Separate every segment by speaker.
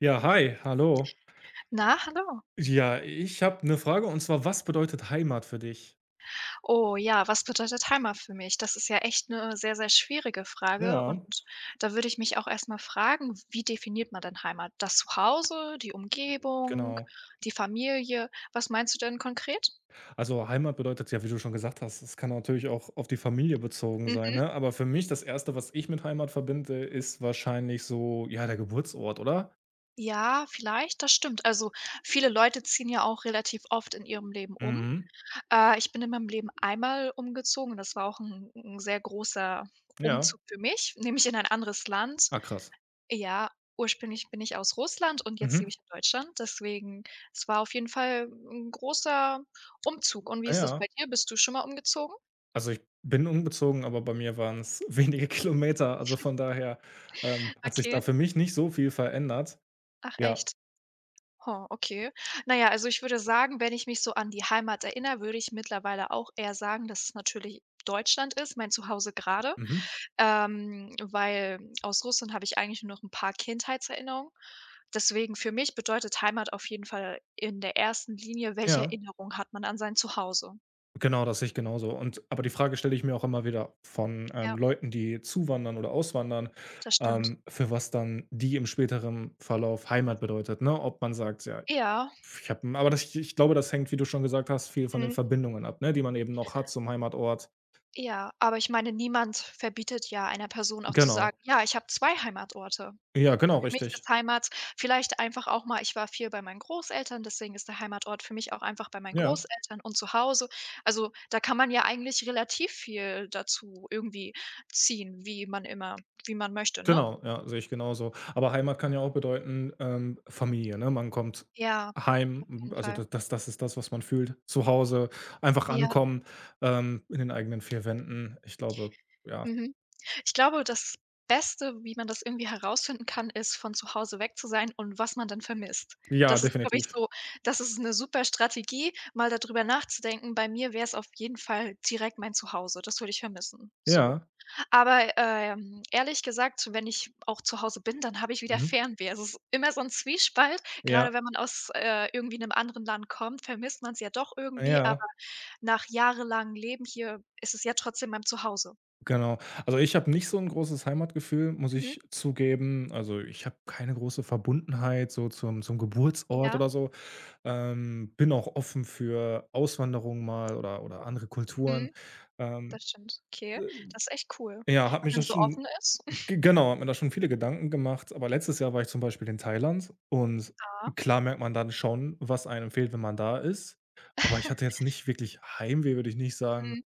Speaker 1: Ja, hi, hallo.
Speaker 2: Na, hallo.
Speaker 1: Ja, ich habe eine Frage und zwar, was bedeutet Heimat für dich?
Speaker 2: Oh ja, was bedeutet Heimat für mich? Das ist ja echt eine sehr, sehr schwierige Frage und
Speaker 1: Ja.
Speaker 2: da würde ich mich auch erstmal fragen, wie definiert man denn Heimat? Das Zuhause, die Umgebung,
Speaker 1: Genau.
Speaker 2: die Familie? Was meinst du denn konkret?
Speaker 1: Also, Heimat bedeutet ja, wie du schon gesagt hast, es kann natürlich auch auf die Familie bezogen sein,
Speaker 2: Mhm.
Speaker 1: ne? Aber für mich das Erste, was ich mit Heimat verbinde, ist wahrscheinlich so, ja, der Geburtsort, oder?
Speaker 2: Ja, vielleicht, das stimmt. Also, viele Leute ziehen ja auch relativ oft in ihrem Leben um.
Speaker 1: Mhm.
Speaker 2: Ich bin in meinem Leben einmal umgezogen, das war auch ein 'n sehr großer
Speaker 1: Ja.
Speaker 2: Umzug für mich, nämlich in ein anderes Land.
Speaker 1: Ah, krass.
Speaker 2: Ja, ursprünglich bin ich aus Russland und jetzt
Speaker 1: Mhm.
Speaker 2: lebe ich in Deutschland. Deswegen, es war auf jeden Fall 'n großer Umzug. Und wie
Speaker 1: Ah,
Speaker 2: ist das
Speaker 1: ja.
Speaker 2: bei dir? Bist du schon mal umgezogen?
Speaker 1: Also, ich bin umgezogen, aber bei mir waren es wenige Kilometer. Also, von daher, hat sich da
Speaker 2: Okay.
Speaker 1: für mich nicht so viel verändert.
Speaker 2: Ach
Speaker 1: Ja.
Speaker 2: echt? Oh, okay. Na ja, also ich würde sagen, wenn ich mich so an die Heimat erinnere, würde ich mittlerweile auch eher sagen, dass es natürlich Deutschland ist, mein Zuhause grade.
Speaker 1: Mhm.
Speaker 2: Weil aus Russland habe ich eigentlich nur noch 'n paar Kindheitserinnerungen. Deswegen für mich bedeutet Heimat auf jeden Fall in der ersten Linie, welche
Speaker 1: Ja.
Speaker 2: Erinnerung hat man an sein Zuhause?
Speaker 1: Genau, das sehe ich genauso. Und aber die Frage stelle ich mir auch immer wieder von,
Speaker 2: Ja,
Speaker 1: Leuten, die zuwandern oder auswandern,
Speaker 2: das stimmt.
Speaker 1: für was dann die im späteren Verlauf Heimat bedeutet, ne? Ob man sagt: „Ja,
Speaker 2: Ja,
Speaker 1: ich glaube, das hängt, wie du schon gesagt hast, viel von den
Speaker 2: mhm,
Speaker 1: Verbindungen ab, ne, die man eben noch hat zum Heimatort."
Speaker 2: ja, aber ich meine, niemand verbietet ja einer Person auch zu
Speaker 1: Genau.
Speaker 2: sagen: „Ja, ich habe 2 Heimatorte.“
Speaker 1: Ja, genau,
Speaker 2: Für mich
Speaker 1: richtig.
Speaker 2: ist Heimat vielleicht einfach auch mal, ich war viel bei meinen Großeltern, deswegen ist der Heimatort für mich auch einfach bei meinen
Speaker 1: Ja.
Speaker 2: Großeltern und zu Hause. Also, da kann man ja eigentlich relativ viel dazu irgendwie ziehen, wie man immer wie man möchte, ne?
Speaker 1: Genau, ja, sehe ich genauso. Aber Heimat kann ja auch bedeuten, Familie, ne? Man kommt
Speaker 2: Ja, auf
Speaker 1: heim,
Speaker 2: jeden
Speaker 1: also
Speaker 2: Fall.
Speaker 1: da das ist das, was man fühlt. Zu Hause einfach
Speaker 2: Ja.
Speaker 1: ankommen, in den eigenen 4 Wänden. Ich glaube, ja.
Speaker 2: Mhm. Ich glaube, das Beste, wie man das irgendwie herausfinden kann, ist, von zu Hause weg zu sein und was man dann vermisst.
Speaker 1: Ja,
Speaker 2: Das ist, glaube ich,
Speaker 1: definitiv.
Speaker 2: so das ist eine super Strategie, mal darüber nachzudenken. Bei mir wäre es auf jeden Fall direkt mein Zuhause. Das würde ich vermissen, so.
Speaker 1: Ja.
Speaker 2: Aber, ehrlich gesagt, wenn ich auch zu Hause bin, dann habe ich wieder
Speaker 1: Mhm.
Speaker 2: Fernweh. Es ist immer so ein Zwiespalt. Gerade
Speaker 1: Ja,
Speaker 2: wenn man aus, irgendwie einem anderen Land kommt, vermisst man es ja doch irgendwie,
Speaker 1: ja,
Speaker 2: aber nach jahrelangem Leben hier ist es ja trotzdem mein Zuhause.
Speaker 1: genau. Also, ich habe nicht so ein großes Heimatgefühl, muss
Speaker 2: Mhm.
Speaker 1: ich zugeben. Also, ich habe keine große Verbundenheit so zum Geburtsort
Speaker 2: Ja,
Speaker 1: oder so. Bin auch offen für Auswanderung mal oder andere Kulturen.
Speaker 2: mhm,
Speaker 1: Ähm
Speaker 2: das stimmt. Okay, das ist echt cool,
Speaker 1: Ja, hat
Speaker 2: wenn
Speaker 1: mich
Speaker 2: man
Speaker 1: das
Speaker 2: so
Speaker 1: schon
Speaker 2: offen ist.
Speaker 1: g genau, hat mir da schon viele Gedanken gemacht, aber letztes Jahr war ich zum Beispiel in Thailand und
Speaker 2: Ja,
Speaker 1: klar merkt man dann schon, was einem fehlt, wenn man da ist. Aber ich hatte jetzt nicht wirklich Heimweh, würde ich nicht sagen.
Speaker 2: mhm.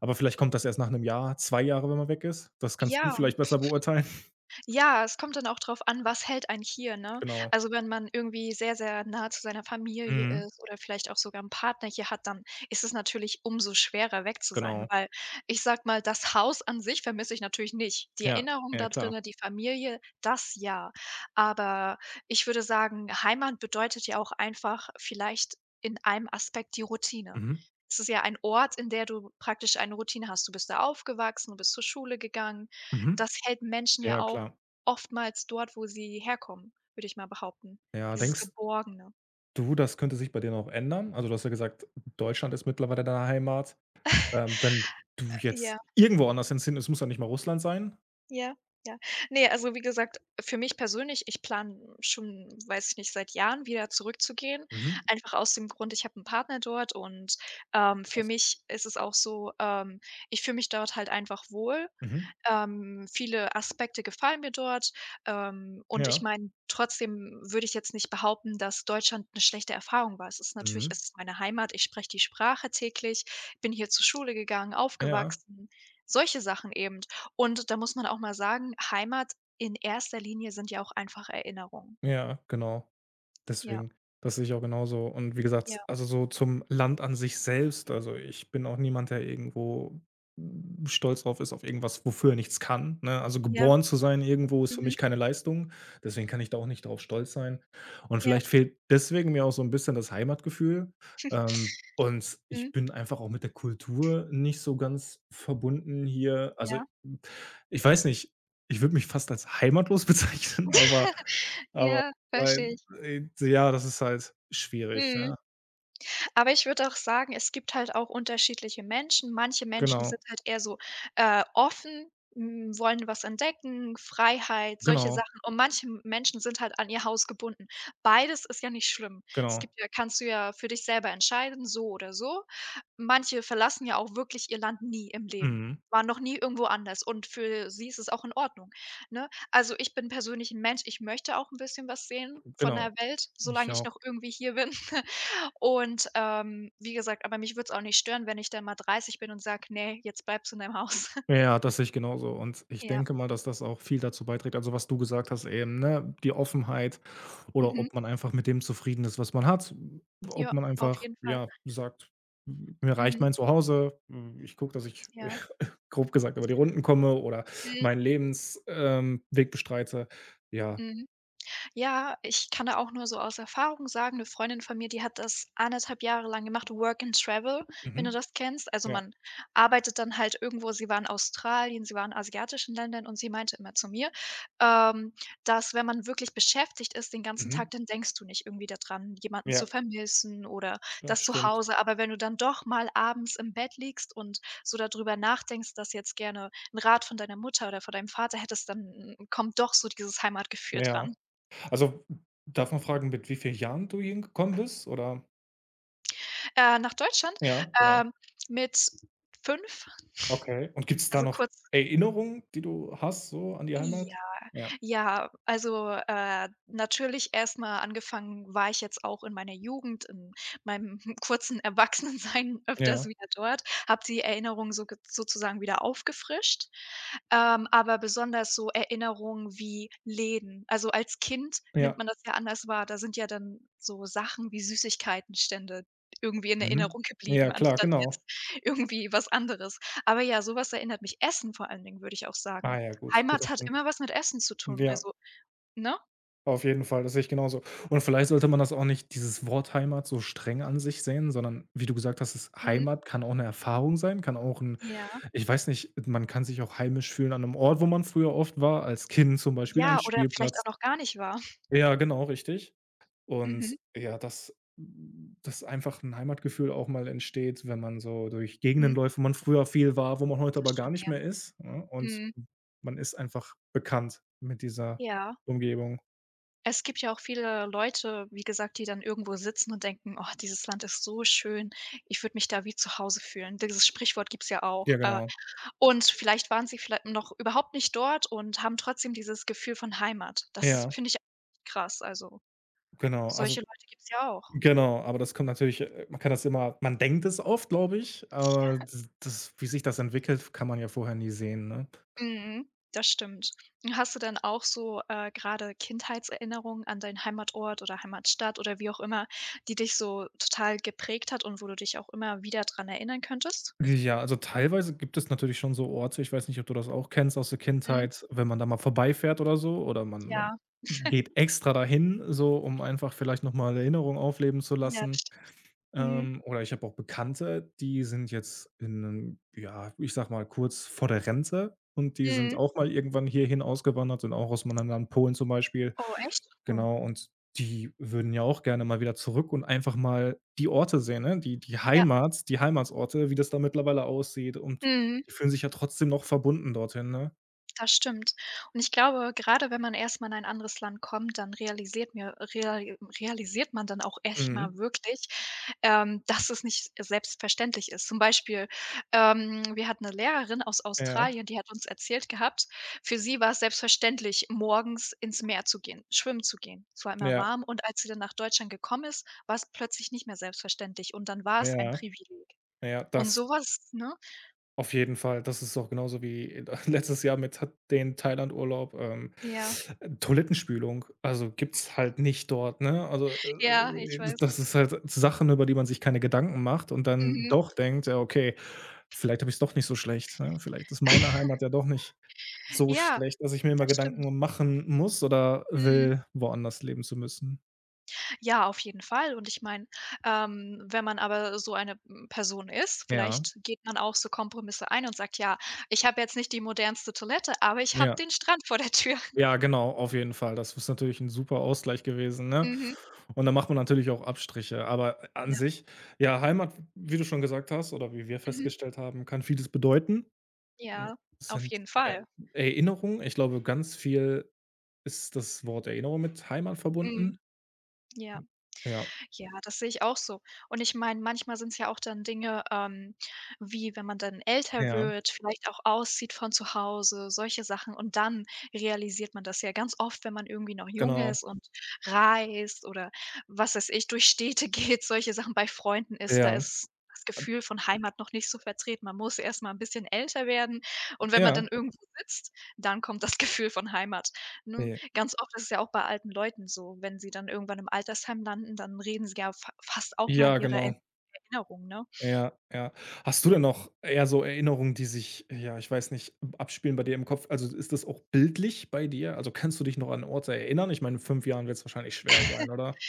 Speaker 1: Aber vielleicht kommt das erst nach einem Jahr, 2 Jahre, wenn man weg ist. Das kannst du
Speaker 2: Ja.
Speaker 1: vielleicht besser beurteilen.
Speaker 2: Ja, es kommt dann auch drauf an, was hält einen hier, ne?
Speaker 1: Genau.
Speaker 2: Also, wenn man irgendwie sehr, sehr nah zu seiner Familie
Speaker 1: Mhm.
Speaker 2: ist oder vielleicht auch sogar 'n Partner hier hat, dann ist es natürlich umso schwerer, weg zu sein,
Speaker 1: Genau.
Speaker 2: weil ich sage mal, das Haus an sich vermisse ich natürlich nicht. Die
Speaker 1: Ja,
Speaker 2: Erinnerung
Speaker 1: ja
Speaker 2: da
Speaker 1: klar.
Speaker 2: drinnen, die Familie, das ja. Aber ich würde sagen, Heimat bedeutet ja auch einfach vielleicht in einem Aspekt die Routine.
Speaker 1: Mhm.
Speaker 2: Es ist ja ein Ort, in der du praktisch eine Routine hast. Du bist da aufgewachsen, du bist zur Schule gegangen.
Speaker 1: Mhm.
Speaker 2: Das hält Menschen ja
Speaker 1: Ja,
Speaker 2: auch
Speaker 1: klar.
Speaker 2: oftmals dort, wo sie herkommen, würde ich mal behaupten,
Speaker 1: Ja,
Speaker 2: dieses
Speaker 1: denkst
Speaker 2: Geborgene.
Speaker 1: du, das könnte sich bei dir noch ändern? Also, du hast ja gesagt, Deutschland ist mittlerweile deine Heimat. Wenn du jetzt
Speaker 2: Ja,
Speaker 1: irgendwo anders hin es muss ja nicht mal Russland sein.
Speaker 2: ja, ja. Ne, also wie gesagt, für mich persönlich, ich plane schon, weiß ich nicht, seit Jahren wieder zurückzugehen,
Speaker 1: Mhm.
Speaker 2: einfach aus dem Grund, ich habe einen Partner dort und, für
Speaker 1: Krass.
Speaker 2: mich ist es auch so, ich fühle mich dort halt einfach wohl.
Speaker 1: Mhm.
Speaker 2: Viele Aspekte gefallen mir dort. Und ich
Speaker 1: Ja.
Speaker 2: meine, trotzdem würde ich jetzt nicht behaupten, dass Deutschland 'ne schlechte Erfahrung war. Es ist natürlich
Speaker 1: Mhm.
Speaker 2: es ist meine Heimat, ich spreche die Sprache täglich, bin hier zur Schule gegangen,
Speaker 1: Ja.
Speaker 2: aufgewachsen, solche Sachen eben. Und da muss man auch mal sagen, Heimat in erster Linie sind ja auch einfach Erinnerungen.
Speaker 1: Ja, genau.
Speaker 2: Ja,
Speaker 1: Deswegen, das sehe ich auch genauso. Und wie
Speaker 2: ja,
Speaker 1: gesagt, also so zum Land an sich selbst, also ich bin auch niemand, der irgendwo, stolz drauf ist, auf irgendwas, wofür er nichts kann, ne? Also
Speaker 2: ja.
Speaker 1: geboren zu sein irgendwo ist für
Speaker 2: Mhm.
Speaker 1: mich keine Leistung, deswegen kann ich da auch nicht drauf stolz sein. Und
Speaker 2: Ja.
Speaker 1: vielleicht fehlt deswegen mir auch so ein bisschen das Heimatgefühl. Und
Speaker 2: Mhm.
Speaker 1: ich bin einfach auch mit der Kultur nicht so ganz verbunden hier. Also,
Speaker 2: Ja.
Speaker 1: hm, ich weiß nicht, ich würde mich fast als heimatlos bezeichnen, aber
Speaker 2: Ja, verstehe ich.
Speaker 1: ja, das ist halt schwierig,
Speaker 2: Mhm.
Speaker 1: ne?
Speaker 2: Aber ich würde auch sagen, es gibt halt auch unterschiedliche Menschen. Manche Menschen sind
Speaker 1: Genau,
Speaker 2: halt eher so, offen, hm, wollen was entdecken, Freiheit, solche
Speaker 1: genau,
Speaker 2: Sachen. Und manche M Menschen sind halt an ihr Haus gebunden. Beides ist ja nicht schlimm. Es
Speaker 1: genau.
Speaker 2: gibt ja kannst du ja für dich selber entscheiden, so oder so. Manche verlassen ja auch wirklich ihr Land nie im Leben,
Speaker 1: Mhm,
Speaker 2: waren noch nie irgendwo anders und für sie ist es auch in Ordnung, ne? Also, ich bin persönlich ein Mensch, ich möchte auch ein bisschen was sehen von
Speaker 1: genau.
Speaker 2: der Welt,
Speaker 1: Ich
Speaker 2: solange ich
Speaker 1: auch.
Speaker 2: noch irgendwie hier bin. Und, wie gesagt aber mich würde es auch nicht stören, wenn ich dann mal 30 bin und sage: „Ne, jetzt bleibst du in deinem Haus.“
Speaker 1: Ja, das sehe ich genauso und ich
Speaker 2: Ja.
Speaker 1: denke mal, dass das auch viel dazu beiträgt, also, was du gesagt hast eben, ne, die Offenheit oder
Speaker 2: Mhm.
Speaker 1: ob man einfach mit dem zufrieden ist, was man hat. Ob
Speaker 2: Ja,
Speaker 1: man
Speaker 2: auf
Speaker 1: einfach,
Speaker 2: jeden Fall.
Speaker 1: ja, sagt: „Mir reicht
Speaker 2: Mhm.
Speaker 1: mein Zuhause. Ich gucke, dass ich
Speaker 2: Ja.
Speaker 1: grob gesagt über die Runden komme oder
Speaker 2: Mhm.
Speaker 1: meinen Lebensweg Weg bestreite." Ja.
Speaker 2: Mhm. Ja, ich kann da auch nur so aus Erfahrung sagen, eine Freundin von mir, die hat das anderthalb Jahre lang gemacht, Work and Travel, wenn du
Speaker 1: Mhm.
Speaker 2: das kennst. Also,
Speaker 1: Ja.
Speaker 2: man arbeitet dann halt irgendwo, sie war in Australien, sie war in asiatischen Ländern und sie meinte immer zu mir, ähm, dass, wenn man wirklich beschäftigt ist den ganzen
Speaker 1: Mhm.
Speaker 2: Tag, dann denkst du nicht irgendwie daran, jemanden
Speaker 1: Ja,
Speaker 2: zu vermissen oder
Speaker 1: das
Speaker 2: das
Speaker 1: stimmt.
Speaker 2: Zuhause. Aber wenn du dann doch mal abends im Bett liegst und so darüber nachdenkst, dass jetzt gerne ein Rat von deiner Mutter oder von deinem Vater hättest, dann hm, kommt doch so dieses Heimatgefühl dran.
Speaker 1: Ja. Also, darf man fragen, mit wie vielen Jahren du hingekommen bist, oder?
Speaker 2: Nach Deutschland,
Speaker 1: Ja, genau.
Speaker 2: ähm, mit 5,
Speaker 1: Okay. Und gibt's da
Speaker 2: also
Speaker 1: noch
Speaker 2: kurz
Speaker 1: Erinnerungen, die du hast so an die
Speaker 2: ja.
Speaker 1: Heimat? Ja,
Speaker 2: Ja, also, natürlich erstmal angefangen war ich jetzt auch in meiner Jugend, in meinem kurzen Erwachsenensein öfters
Speaker 1: ja,
Speaker 2: wieder dort, habe die Erinnerungen so sozusagen wieder aufgefrischt, aber besonders so Erinnerungen wie Läden. Also, als Kind nimmt
Speaker 1: ja.
Speaker 2: man das ja anders wahr. Da sind ja dann so Sachen wie Süßigkeitenstände irgendwie in
Speaker 1: Mhm.
Speaker 2: Erinnerung
Speaker 1: Ja,
Speaker 2: geblieben,
Speaker 1: klar,
Speaker 2: anstatt
Speaker 1: genau.
Speaker 2: jetzt irgendwie was anderes. Aber ja, sowas erinnert mich Essen vor allen Dingen, würde ich auch sagen.
Speaker 1: Ah ja, gut, guter
Speaker 2: Heimat hat
Speaker 1: Punkt.
Speaker 2: immer was mit Essen zu tun,
Speaker 1: Ja,
Speaker 2: also, ne?
Speaker 1: auf jeden Fall, das sehe ich genauso. Und vielleicht sollte man das auch nicht dieses Wort Heimat so streng an sich sehen, sondern wie du gesagt hast, es
Speaker 2: Mhm.
Speaker 1: Heimat kann auch 'ne Erfahrung sein, kann auch 'n
Speaker 2: Ja.
Speaker 1: ich weiß nicht, man kann sich auch heimisch fühlen an 'nem Ort, wo man früher oft war, als Kind zum Beispiel ein
Speaker 2: Ja, oder vielleicht
Speaker 1: Spielplatz.
Speaker 2: auch noch gar nicht war.
Speaker 1: Ja, genau, richtig. Und
Speaker 2: Mhm.
Speaker 1: ja, dass einfach ein Heimatgefühl auch mal entsteht, wenn man so durch Gegenden
Speaker 2: Mhm.
Speaker 1: läuft, wo man früher viel war, wo man heute
Speaker 2: Das
Speaker 1: aber gar
Speaker 2: stimmt,
Speaker 1: nicht
Speaker 2: ja.
Speaker 1: mehr ist, ne? Und
Speaker 2: Mhm.
Speaker 1: man ist einfach bekannt mit dieser
Speaker 2: Ja.
Speaker 1: Umgebung.
Speaker 2: Es gibt ja auch viele Leute, wie gesagt, die dann irgendwo sitzen und denken: „Oh, dieses Land ist so schön. Ich würde mich da wie zu Hause fühlen.“ Dieses Sprichwort gibt's ja auch.
Speaker 1: Ja, genau.
Speaker 2: Und vielleicht waren sie viellei noch überhaupt nicht dort und haben trotzdem dieses Gefühl von Heimat. Das ist
Speaker 1: Ja,
Speaker 2: finde ich krass. Also,
Speaker 1: genau.
Speaker 2: solche
Speaker 1: Also
Speaker 2: Leute gibt's ja auch.
Speaker 1: genau, aber das kommt natürlich man kann das immer man denkt es oft, glaube ich, aber d das wie sich das entwickelt, kann man ja vorher nie sehen, ne?
Speaker 2: Mhm, das stimmt. Und hast du dann auch so, grade Kindheitserinnerungen an deinen Heimatort oder Heimatstadt oder wie auch immer, die dich so total geprägt hat und wo du dich auch immer wieder dran erinnern könntest?
Speaker 1: Ja, also teilweise gibt es natürlich schon so Orte, ich weiß nicht, ob du das auch kennst aus der
Speaker 2: Mhm.
Speaker 1: Kindheit, wenn man da mal vorbeifährt oder so oder man
Speaker 2: Ja,
Speaker 1: geht extra dahin so, um einfach vielleicht noch mal Erinnerungen aufleben zu
Speaker 2: ja, das
Speaker 1: lassen.
Speaker 2: stimmt. Mhm.
Speaker 1: Oder ich habe auch Bekannte, die sind jetzt in 'nem ja, ich sag mal, kurz vor der Rente und die sind
Speaker 2: Mhm.
Speaker 1: auch mal irgendwann hierhin ausgewandert und auch aus meinem Land Polen zum Beispiel.
Speaker 2: Oh, echt? Oh.
Speaker 1: Genau, und die würden ja auch gerne mal wieder zurück und einfach mal die Orte sehen, ne? Die die
Speaker 2: Ja.
Speaker 1: Heimat die Heimatsorte, wie das da mittlerweile aussieht und
Speaker 2: Mhm.
Speaker 1: die fühlen sich ja trotzdem noch verbunden dorthin, ne?
Speaker 2: Das stimmt. Und ich glaube, gerade wenn man erst mal in ein anderes Land kommt, dann realisiert mir reali realisiert man dann auch echt mal
Speaker 1: Mhm.
Speaker 2: wirklich, dass es nicht selbstverständlich ist. Zum Beispiel, wir hatten eine Lehrerin aus
Speaker 1: Ja,
Speaker 2: Australien, die hat uns erzählt gehabt, für sie war es selbstverständlich, morgens ins Meer zu gehen, schwimmen zu gehen. Es war immer
Speaker 1: ja,
Speaker 2: warm und als sie dann nach Deutschland gekommen ist, war es plötzlich nicht mehr selbstverständlich und dann war es ein
Speaker 1: ja,
Speaker 2: Privileg.
Speaker 1: ja,
Speaker 2: Und
Speaker 1: das
Speaker 2: sowas, ne?
Speaker 1: auf jeden Fall, das ist doch genauso wie letztes Jahr mit Tha den Thailandurlaub,
Speaker 2: Ja,
Speaker 1: Toilettenspülung, also, gibt's halt nicht dort, ne? Also,
Speaker 2: ja, ich weiß.
Speaker 1: das ist halt Sachen, über die man sich keine Gedanken macht und dann
Speaker 2: Mhm.
Speaker 1: doch denkt: „Ja, okay, vielleicht habe ich es doch nicht so schlecht, ne? Vielleicht ist meine Heimat ja doch nicht so
Speaker 2: Ja,
Speaker 1: schlecht, dass ich mir immer
Speaker 2: das stimmt.
Speaker 1: Gedanken machen muss oder
Speaker 2: Mhm.
Speaker 1: will, woanders leben zu müssen."
Speaker 2: Ja, auf jeden Fall. Und ich meine, wenn man aber so eine, hm, Person ist,
Speaker 1: Ja,
Speaker 2: vielleicht geht man auch so Kompromisse ein und sagt: „Ja, ich habe jetzt nicht die modernste Toilette, aber ich habe
Speaker 1: ja.
Speaker 2: den Strand vor der Tür.“
Speaker 1: Ja, genau, auf jeden Fall. Das ist natürlich 'n super Ausgleich gewesen, ne?
Speaker 2: Mhm.
Speaker 1: Und dann macht man natürlich auch Abstriche. Aber an
Speaker 2: Ja.
Speaker 1: sich, ja, Heimat, wie du schon gesagt hast oder wie wir
Speaker 2: Mhm.
Speaker 1: festgestellt haben, kann vieles bedeuten. Hm,
Speaker 2: Ja,
Speaker 1: es
Speaker 2: auf
Speaker 1: sind
Speaker 2: jeden
Speaker 1: E
Speaker 2: Fall.
Speaker 1: Erinnerungen. Ich glaube, ganz viel ist das Wort Erinnerung mit Heimat
Speaker 2: Mhm.
Speaker 1: verbunden.
Speaker 2: Ja.
Speaker 1: Ja,
Speaker 2: Ja, das sehe ich auch so. Und ich meine, manchmal sind es ja auch dann Dinge, wie wenn man dann älter
Speaker 1: ja,
Speaker 2: wird, vielleicht auch auszieht von zu Hause, solche Sachen. Und dann realisiert man das ja ganz oft, wenn man irgendwie noch jung
Speaker 1: genau.
Speaker 2: ist und reist oder was weiß ich, durch Städte geht, solche Sachen bei Freunden ist, da
Speaker 1: Ja,
Speaker 2: ist das Gefühl von Heimat noch nicht so vertreten. Man muss erst mal ein bisschen älter werden und wenn man
Speaker 1: ja,
Speaker 2: dann irgendwo sitzt, dann kommt das Gefühl von Heimat, ne?
Speaker 1: ne.
Speaker 2: Ganz oft ist es ja auch bei alten Leuten so, wenn sie dann irgendwann im Altersheim landen, dann reden sie ja fa fast auch nur an
Speaker 1: Ja,
Speaker 2: ihre Er
Speaker 1: genau.
Speaker 2: Erinnerungen, ne?
Speaker 1: Ja, ja. Hast du denn noch eher so Erinnerungen, die sich ja, ich weiß nicht, abspielen bei dir im Kopf? Also, ist das auch bildlich bei dir? Also, kannst du dich noch an Orte erinnern? Ich meine, in 5 Jahren wird es wahrscheinlich schwer sein, oder?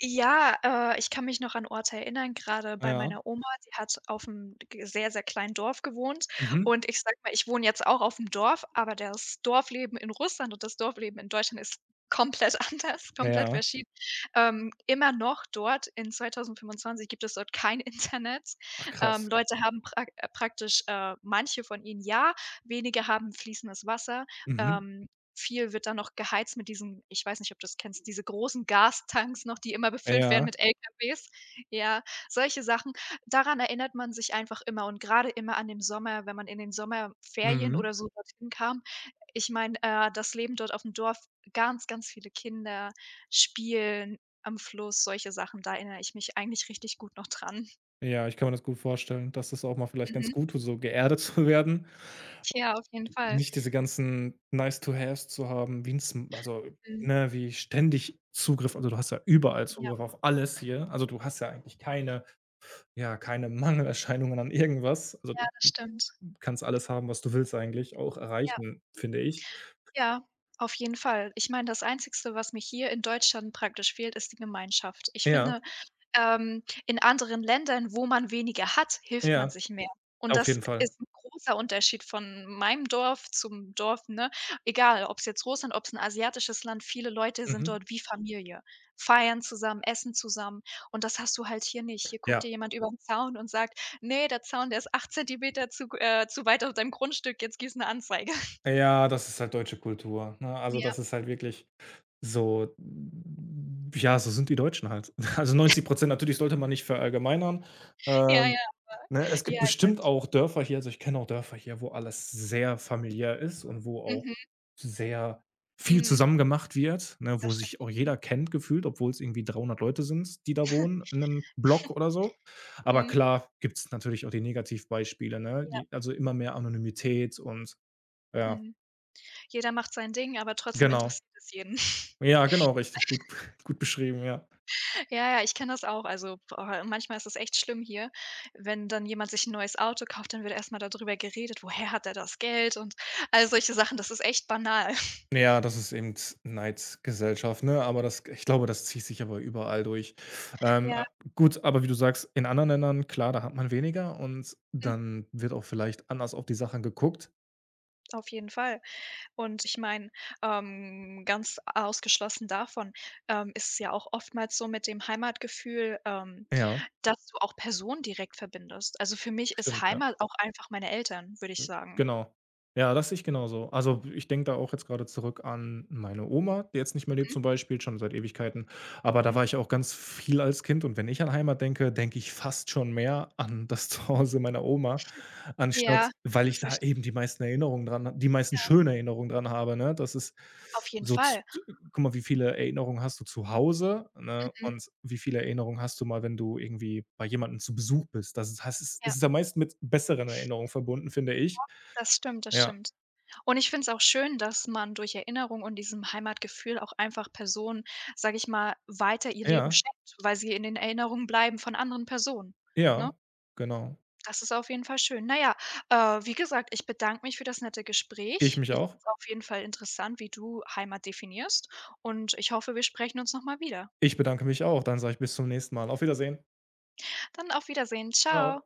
Speaker 2: Ja, ich kann mich noch an Orte erinnern, gerade bei
Speaker 1: Ja.
Speaker 2: meiner Oma, die hat auf'm g sehr, sehr kleinen Dorf gewohnt
Speaker 1: Mhm.
Speaker 2: und ich sage mal, ich wohne jetzt auch auf'm Dorf, aber das Dorfleben in Russland und das Dorfleben in Deutschland ist komplett anders, komplett
Speaker 1: Ja.
Speaker 2: verschieden. Immer noch dort in 2025 gibt es dort kein Internet.
Speaker 1: Ach krass.
Speaker 2: Leute haben praktisch manche von ihnen ja, wenige haben fließendes Wasser.
Speaker 1: Mhm.
Speaker 2: Ähm, Viel wird da noch geheizt mit diesen ich weiß nicht, ob du das kennst, diese großen Gastanks noch, die immer befüllt werden
Speaker 1: Ja.
Speaker 2: mit LKWs. Ja, solche Sachen. Daran erinnert man sich einfach immer und gerade immer an den Sommer, wenn man in den Sommerferien
Speaker 1: Mhm.
Speaker 2: oder so dorthin kam. Ich meine, das Leben dort auf dem Dorf, ganz, ganz viele Kinder, Spielen am Fluss, solche Sachen, da erinnere ich mich eigentlich richtig gut noch dran.
Speaker 1: Ja, ich kann mir das gut vorstellen, dass das auch mal vielleicht ganz
Speaker 2: Mhm.
Speaker 1: gut tut, so geerdet zu werden.
Speaker 2: Ja, auf jeden Fall.
Speaker 1: Nicht diese ganzen nice to haves zu haben, wie 'n Sm also,
Speaker 2: Mhm.
Speaker 1: ne, wie ständig Zugriff also, du hast ja überall
Speaker 2: Ja,
Speaker 1: Zugriff auf alles hier. Also, du hast ja eigentlich keine Mangelerscheinungen an irgendwas. Also, du
Speaker 2: das stimmt.
Speaker 1: kannst alles haben, was du willst eigentlich auch
Speaker 2: Ja.
Speaker 1: erreichen, finde ich.
Speaker 2: Ja, auf jeden Fall. Ich meine, das Einzigste, was mir hier in Deutschland praktisch fehlt, ist die Gemeinschaft. Ich
Speaker 1: Ja,
Speaker 2: finde, in anderen Ländern, wo man weniger hat, hilft man
Speaker 1: ja,
Speaker 2: sich mehr. Und
Speaker 1: auf
Speaker 2: das
Speaker 1: jeden Fall.
Speaker 2: ist 'n großer Unterschied von meinem Dorf zum Dorf, ne? Egal, ob's jetzt Russland, ob's 'n asiatisches Land, viele Leute sind
Speaker 1: Mhm.
Speaker 2: dort wie Familie, feiern zusammen, essen zusammen und das hast du halt hier nicht. Hier guckt
Speaker 1: Ja.
Speaker 2: dir jemand übern Zaun und sagt: „Ne, der Zaun, der ist 8 Zentimeter zu weit auf deinem Grundstück, jetzt gieß 'ne Anzeige.“
Speaker 1: Ja, das ist halt deutsche Kultur, ne? Also,
Speaker 2: Ja.
Speaker 1: das ist halt wirklich. So, ja, so sind die Deutschen halt. Also 90% natürlich sollte man nicht verallgemeinern.
Speaker 2: Ja,
Speaker 1: Ähm,
Speaker 2: ja.
Speaker 1: ne, es gibt
Speaker 2: Ja, ich weiß
Speaker 1: bestimmt
Speaker 2: es, schon.
Speaker 1: auch Dörfer hier also ich kenne auch Dörfer hier, wo alles sehr familiär ist und wo auch
Speaker 2: Mhm,
Speaker 1: sehr viel
Speaker 2: mhm.
Speaker 1: zusammen gemacht wird, ne, wo
Speaker 2: Das stimmt.
Speaker 1: sich auch
Speaker 2: Mhm,
Speaker 1: jeder kennt gefühlt, obwohl es irgendwie 300 Leute sind, die da wohnen in einem Block oder so. Aber
Speaker 2: mhm,
Speaker 1: klar gibt es natürlich auch die Negativbeispiele, ne?
Speaker 2: ja,
Speaker 1: Die also immer mehr Anonymität und ja,
Speaker 2: mhm. Jeder macht sein Ding, aber trotzdem
Speaker 1: genau.
Speaker 2: interessiert es jeden.
Speaker 1: Ja, genau, richtig, gut gut beschrieben, ja.
Speaker 2: Ja, ja, ich kenne das auch. Also, boah, manchmal ist es echt schlimm hier, wenn dann jemand sich 'n neues Auto kauft, dann wird erst mal da drüber geredet: „Woher hat er das Geld?“ Und all solche Sachen. Das ist echt banal.
Speaker 1: Ja, das ist eben Neidsgesellschaft, ne? Aber das ich glaube, das zieht sich aber überall durch.
Speaker 2: Ja,
Speaker 1: A gut, aber wie du sagst, in anderen Ländern, klar, da hat man weniger und
Speaker 2: mhm,
Speaker 1: dann wird auch vielleicht anders auf die Sachen geguckt.
Speaker 2: auf jeden Fall. Und ich meine, ganz ausgeschlossen davon, ist es ja auch oftmals so mit dem Heimatgefühl,
Speaker 1: Ja,
Speaker 2: dass du auch Personen direkt verbindest. Also, für mich ist
Speaker 1: stimmt, ja.
Speaker 2: Heimat auch einfach meine Eltern, würde ich
Speaker 1: Hm,
Speaker 2: sagen.
Speaker 1: genau. Ja, das sehe ich genauso. Also, ich denke da auch jetzt gerade zurück an meine Oma, die jetzt nicht mehr lebt
Speaker 2: Mhm,
Speaker 1: zum Beispiel, schon seit Ewigkeiten. Aber da
Speaker 2: mhm.
Speaker 1: war ich auch ganz viel als Kind und wenn ich an Heimat denke, denke ich fast schon mehr an das Zuhause meiner Oma,
Speaker 2: Ja,
Speaker 1: anstatt weil
Speaker 2: das
Speaker 1: ich da
Speaker 2: verstehe
Speaker 1: eben
Speaker 2: ich.
Speaker 1: die meisten schönen Erinnerungen dran habe, ne? Das ist
Speaker 2: Auf jeden
Speaker 1: so
Speaker 2: Fall.
Speaker 1: Guck mal, wie viele Erinnerungen hast du zu Hause, ne,
Speaker 2: Mhm.
Speaker 1: und wie viele Erinnerungen hast du mal, wenn du irgendwie bei jemandem zu Besuch bist? Das ist das ist das
Speaker 2: Ja,
Speaker 1: ist am meisten mit besseren Erinnerungen verbunden, finde ich.
Speaker 2: das stimmt, das
Speaker 1: Ja,
Speaker 2: stimmt. Und ich finde es auch schön, dass man durch Erinnerung und diesem Heimatgefühl auch einfach Personen, sage ich mal, weiter ihr Leben
Speaker 1: ja,
Speaker 2: schenkt, weil sie in den Erinnerungen bleiben von anderen Personen, ne?
Speaker 1: ja, genau.
Speaker 2: Das ist auf jeden Fall schön. Naja, wie gesagt, ich bedanke mich für das nette
Speaker 1: Ich
Speaker 2: Gespräch.
Speaker 1: mich
Speaker 2: Ich
Speaker 1: auch.
Speaker 2: finde es auf jeden Fall interessant, wie du Heimat definierst und ich hoffe, wir sprechen uns noch mal wieder.
Speaker 1: Ich bedanke mich auch. Dann sage ich bis zum nächsten Mal. Auf Wiedersehen.
Speaker 2: Dann auf Wiedersehen. Ciao.
Speaker 1: Ciao.